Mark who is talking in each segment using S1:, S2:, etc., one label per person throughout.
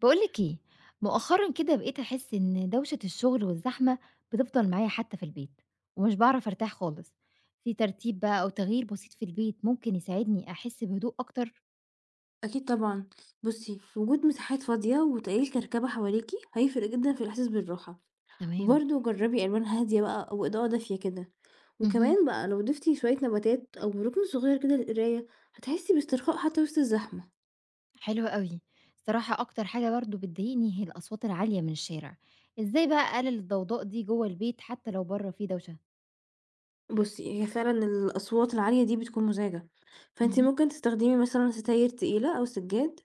S1: بقولك ايه؟ مؤخرا كده بقيت احس ان دوشه الشغل والزحمه بتفضل معايا حتى في البيت، ومش بعرف ارتاح خالص. في ترتيب بقى او تغيير بسيط في البيت ممكن يساعدني احس بهدوء اكتر؟
S2: أكيد طبعًا، بُصّي، وجود مساحات فاضية وتقليل كركبة حواليكِ هيفرق جدًا في الإحساس بالراحة،
S1: تمام.
S2: وبرضه جربي ألوان هادية بقى أو إضاءة دافية كده،
S1: مهم.
S2: وكمان بقى لو ضفتِ شوية نباتات أو ركن صغير كده للقراية هتحسي باسترخاء حتى وسط الزحمة.
S1: حلو قوي. صراحه اكتر حاجه برضو بتضايقني هي الاصوات العاليه من الشارع. ازاي بقى اقلل الضوضاء دي جوه البيت حتى لو بره في دوشه؟
S2: بُصّي، هي فعلًا الأصوات العالية دي بتكون مزعجة، فأنتِ
S1: مهم.
S2: ممكن تستخدمي مثلًا ستاير تقيلة أو سجاد،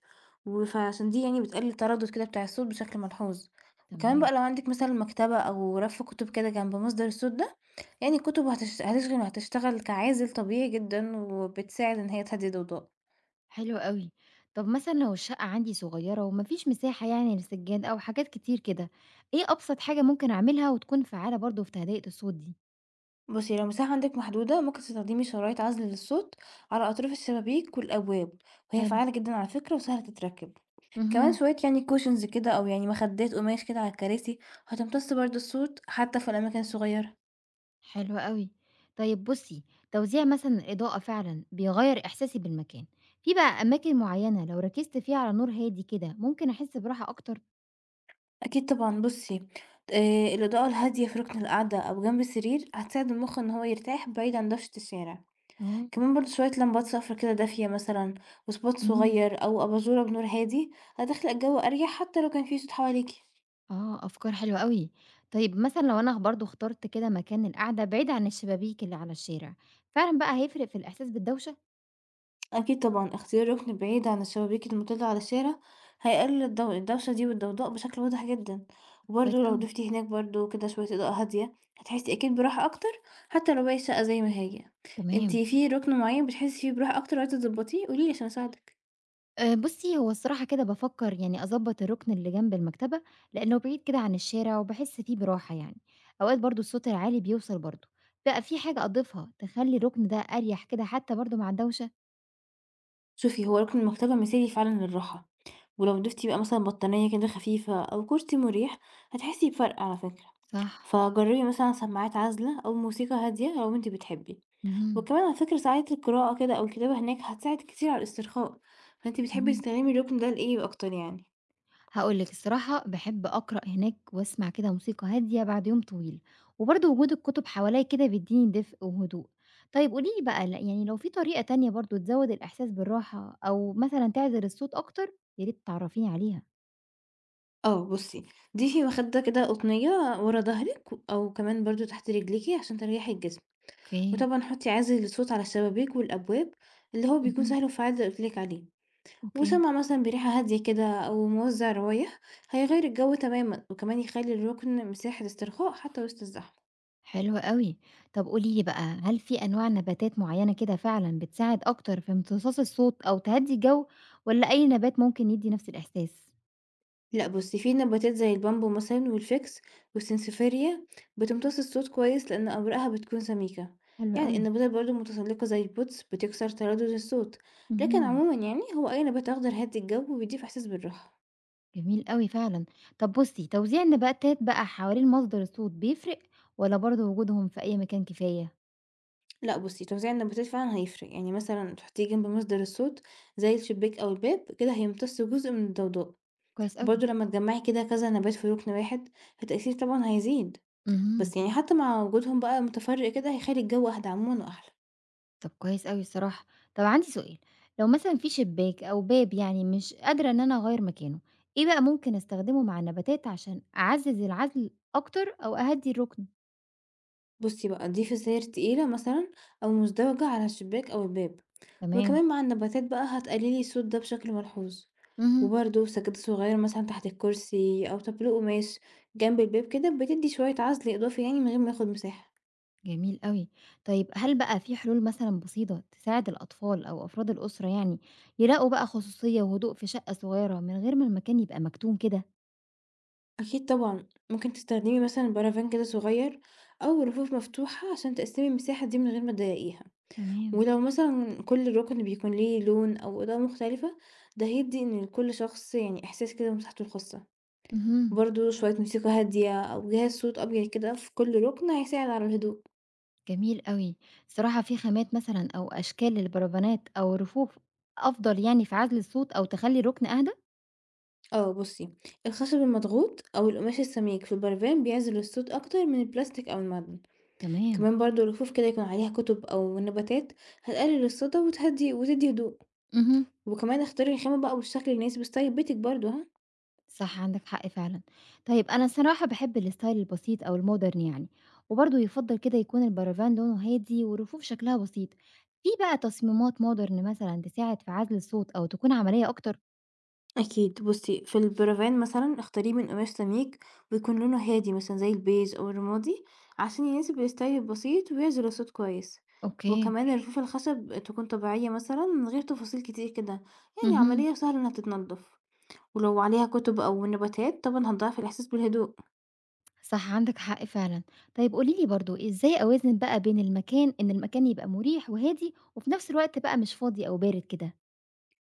S2: و فعشان دي يعني بتقلل التردد كده بتاع الصوت بشكل ملحوظ. وكمان
S1: تمام.
S2: بقى لو عندِك مثلًا مكتبة أو رف كتب كده جنب مصدر الصوت ده يعني الكتب هتش هتشغِل وهتشتغل كعازل طبيعي جدًا، وبتساعد إن هي تهدّي الضوضاء.
S1: حلو أوي. طب مثلًا لو الشقة عندي صغيرة وما فيش مساحة يعني للسجاد أو حاجات كتير كده، إيه أبسط حاجة ممكن أعملها وتكون فعّالة برضه في تهدئة الصوت دي؟
S2: بُصّي، لو المساحة عندِك محدودة، ممكن تستخدمي شرايط عزل للصوت على أطراف الشبابيك والأبواب، وهي
S1: حلو.
S2: فعّالة جدًا على فكرة وسهلة تتركب. كمان
S1: اهم.
S2: شوية يعني cushions كده أو يعني مخدات قماش كده على الكراسي، هتمتص برضه الصوت حتى في الأماكن الصغيرة.
S1: حلو أوي. طيب بُصّي، توزيع مثلًا الإضاءة فعلًا بيغيّر إحساسي بالمكان. في بقى أماكن معيّنة لو ركزت فيها على نور هادي كده ممكن أحس براحة أكتر؟
S2: أكيد طبعًا بُصّي، الإضاءة الهادية في رُكن القعدة أو جنب السرير هتساعد المُخ إن هو يرتاح بعيد عن دوشة الشارع.
S1: آه.
S2: كمان برضه شوية لمبات صفرا كده دافية مثلًا وspot
S1: اهم.
S2: صغير أو أباجورة بنور هادي، هتخلق جو أريح حتى لو كان في صوت حواليكِ.
S1: آه، أفكار حلوة أوي. طيب مثلًا لو أنا برضه اخترت كده مكان للقعدة بعيد عن الشبابيك اللي على الشارع، فعلًا بقى هيفرق في الإحساس بالدوشة؟
S2: أكيد طبعًا اختيار ركن بعيد عن الشبابيك المطلة على الشارع هيقلل الدوشة دي والضوضاء بشكل واضح جدًا، وبرضه
S1: كويس
S2: لو
S1: أوي.
S2: ضفتِ هناك برضه كده شوية إضاءة هادية هتحسي أكيد براحة أكتر حتى لو باقي الشقة زي ما هي. أنتِ
S1: تمام.
S2: في ركن معين بتحسي فيه براحة أكتر وعايزة تضبطيه؟ قولي لي عشان أساعدِك.
S1: بُصّي، هو الصراحة كده بافكّر يعني أضبّط الرُكن اللي جنب المكتبة، لإنه بعيد كده عن الشارع وباحس فيه براحة يعني. أوقات برضه الصوت العالي بيوصل برضه. بقى في حاجة أضيفها تخلّي الرُكن ده أريح كده حتى برضه مع الدوشة؟
S2: شوفي هو ركن المكتبة مثالي فعلًا للراحة، ولو ضفتي بقى مثلًا بطانية كده خفيفة أو كرسي مريح، هتحسي بفرق على فكرة.
S1: صح.
S2: فجربي مثلًا سماعات عازلة أو موسيقى هادية لو أنتِ بتحبي. وكمان على فكرة ساعات القراءة كده أو الكتابة هناك هتساعد كتير على الاسترخاء، فأنتِ بتحبي
S1: اهم.
S2: تستخدمي الركن ده لإيه أكتر يعني؟
S1: هاقول لِك الصراحة باحب أقرأ هناك وأسمع كده موسيقى هادية بعد يوم طويل، وبرضه وجود الكتب حواليّا كده بيدّيني دفء وهدوء. طيب قولي لي بقى ل يعني لو في طريقة تانية برضه تزوّد الإحساس بالراحة أو مثلًا تعزل الصوت أكتر، يا ريت تعرّفيني عليها.
S2: آه بُصي، ضيفي مخدة كده قطنية ورا ضهرِك أو كمان برضه تحت رجليكِ عشان تريحي الجسم،
S1: أوكي.
S2: وطبعًا حطي عازل للصوت على الشبابيك والأبواب اللي هو بيكون
S1: اهم.
S2: سهل وفعّال زي ما قُلت لِك عليه.
S1: أوكي.
S2: وسمع مثلًا بريحة هادية كده أو موزع روايح، هيغيّر الجو تمامًا، وكمان يخلّي الركن مساحة استرخاء حتى وسط الزحمة.
S1: حلو أوي. طب قولي لي بقى هل في أنواع نباتات معيّنة كده فعلًا بتساعد أكتر في امتصاص الصوت أو تهدّي الجو والّا أي نبات ممكن يدّي نفس الإحساس؟
S2: لأ بُصّي، في نباتات زي البامبو مثلًا والفِكس والسنسفيريا بتمتص الصوت كويس لأن أوراقها بتكون سميكة.
S1: حلو
S2: يعني
S1: أوي.
S2: النباتات برضه المتسلقة زي البودز بتكسر تردد الصوت. لكن
S1: اهم.
S2: عمومًا يعني هو أي نبات أخضر هادي الجو وبيضيف إحساس بالراحة.
S1: جميل أوي فعلًا. طب بُصّي، توزيع النباتات بقى حوالين مصدر الصوت بيفرق والّا برضه وجودهم في أي مكان كفاية؟
S2: لأ بُصّي، توزيع النباتات فعلًا هيفرق، يعني مثلًا تحطيه جنب مصدر الصوت زي الشباك أو الباب، كده هيمتص جزء من الضوضاء.
S1: كويس أوي.
S2: برضه لمّا تجمّعي كده كذا نبات في رُكن واحد، فالتأثير طبعًا هيزيد،
S1: اهم.
S2: بس يعني حتى مع وجودهم بقى متفرّق كده هيخلّي الجو أهدى عمومًا وأحلى.
S1: طب كويس أوي الصراحة. طب عندي سؤال، لو مثلًا في شباك أو باب يعني مش قادرة إن أنا أغيّر مكانه، إيه بقى ممكن أستخدمه مع النباتات عشان أعزّز العزل أكتر أو أهدّي الركن؟
S2: بُصّي بقى، ضيفي زاير تقيلة مثلًا أو مزدوجة على الشباك أو الباب،
S1: تمام.
S2: وكمان مع النباتات بقى هتقللي الصوت ده بشكل ملحوظ،
S1: اهم.
S2: وبرضه سجادة صغيرة مثلًا تحت الكرسي أو طابلوه قماش جنب الباب كده بتدّي شوية عزل إضافي يعني من غير ما ياخد مساحة.
S1: جميل أوي. طيب هل بقى في حلول مثلًا بسيطة تساعد الأطفال أو أفراد الأسرة يعني يلاقوا بقى خصوصية وهدوء في شقة صغيرة من غير ما المكان يبقى مكتوم كده؟
S2: أكيد طبعًا ممكن تستخدمي مثلًا برافان كده صغير أو رفوف مفتوحة عشان تقسّمي المساحة دي من غير ما تضايقيها.
S1: تمام.
S2: ولو مثلًا كل رُكن بيكون ليه لون أو إضاءة مختلفة، ده هيدّي إن لكل شخص يعني إحساس كده بمساحته الخاصة.
S1: اهم.
S2: برضه شوية موسيقى هادية أو جهاز صوت أبيض كده في كل رُكن هيساعد على الهدوء.
S1: جميل أوي. الصراحة في خامات مثلًا أو أشكال للبرفانات أو الرفوف أفضل يعني في عزل الصوت أو تخلّي الركن أهدى؟
S2: آه بُصّي، الخشب المضغوط أو القماش السميك في البرفان بيعزل الصوت أكتر من البلاستيك أو المعدن.
S1: تمام.
S2: كمان برضه الرفوف كده يكون عليها كتب أو نباتات هتقلل الصدا وتدّي هدوء.
S1: اهم.
S2: وكمان اختاري الخامة بقى والشكل اللي يناسب ستايل بيتِك برضه ها.
S1: صح عندك حق فعلًا. طيب أنا الصراحة باحب الstyle البسيط أو الmodern يعني، وبرضه يُفضّل كده يكون البرافان لونه هادي والرفوف شكلها بسيط. في بقى تصميمات modern مثلًا تساعد في عزل الصوت أو تكون عملية أكتر؟
S2: أكيد بُصّي، في البروفان مثلًا اختاريه من قماش سميك ويكون لونه هادي مثلًا زي البيج أو الرمادي عشان يناسب الستايل البسيط ويعزل الصوت كويس،
S1: أوكي.
S2: وكمان الرفوف الخشب تكون طبيعية مثلًا من غير تفاصيل كتير كده، يعني
S1: اهم.
S2: عملية وسهلة إنها تتنضف، ولو عليها كتب أو نباتات طبعًا هتضاعف الإحساس بالهدوء.
S1: صح عندك حق فعلًا. طيب قولي لي برضه إزاي أوازن بقى بين المكان إن المكان يبقى مريح وهادي وفي نفس الوقت بقى مش فاضي أو بارد كده؟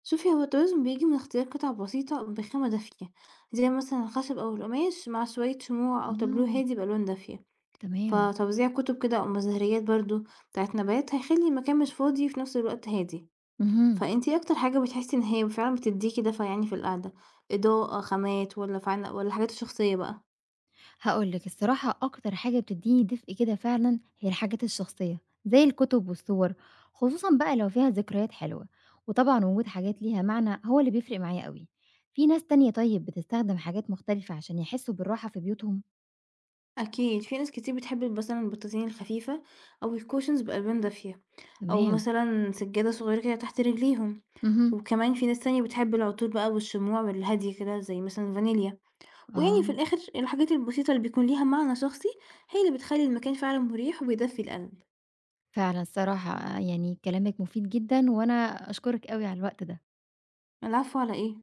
S2: شوفي هو التوازن بيجي من اختيار قطع بسيطة بخامة دافية، زي مثلًا الخشب أو القماش مع شوية شموع أو تابلوه
S1: آه.
S2: هادي بألوان دافية.
S1: تمام.
S2: فتوزيع كتب كده أو مزهريات برضه بتاعة نبات هيخلّي المكان مش فاضي وفي نفس الوقت هادي،
S1: اهم.
S2: فأنتِ إيه أكتر حاجة بتحسي إن هي فعلًا بتدّيكِ دفعة يعني في القعدة، إضاءة، خامات والّا الحاجات الشخصية بقى؟
S1: هاقول لِك الصراحة أكتر حاجة بتدّيني دفء كده فعلًا هي الحاجات الشخصية، زي الكتب والصور، خصوصًا بقى لو فيها ذكريات حلوة، وطبعًا وجود حاجات ليها معنى هو اللي بيفرق معايا أوي. في ناس تانية طيب بتستخدم حاجات مختلفة عشان يحسّوا بالراحة في بيوتهم؟
S2: أكيد في ناس كتير بتحب مثلًا البطاطين الخفيفة أو الcushions بألوان دافية أو
S1: تمام.
S2: مثلًا سجادة صغيرة كده تحت رجليهم،
S1: اهم.
S2: وكمان في ناس تانية بتحب العطور بقى والشموع الهادية كده زي مثلًا الفانيليا، ويعني
S1: آه.
S2: في الآخر الحاجات البسيطة اللي بيكون ليها معنى شخصي هي اللي بتخلّي المكان فعلًا مريح وبيدفّي القلب.
S1: فعلًا الصراحة يعني كلامِك مفيد جدًا، وأنا أشكرِك أوي على الوقت ده.
S2: العفو على إيه؟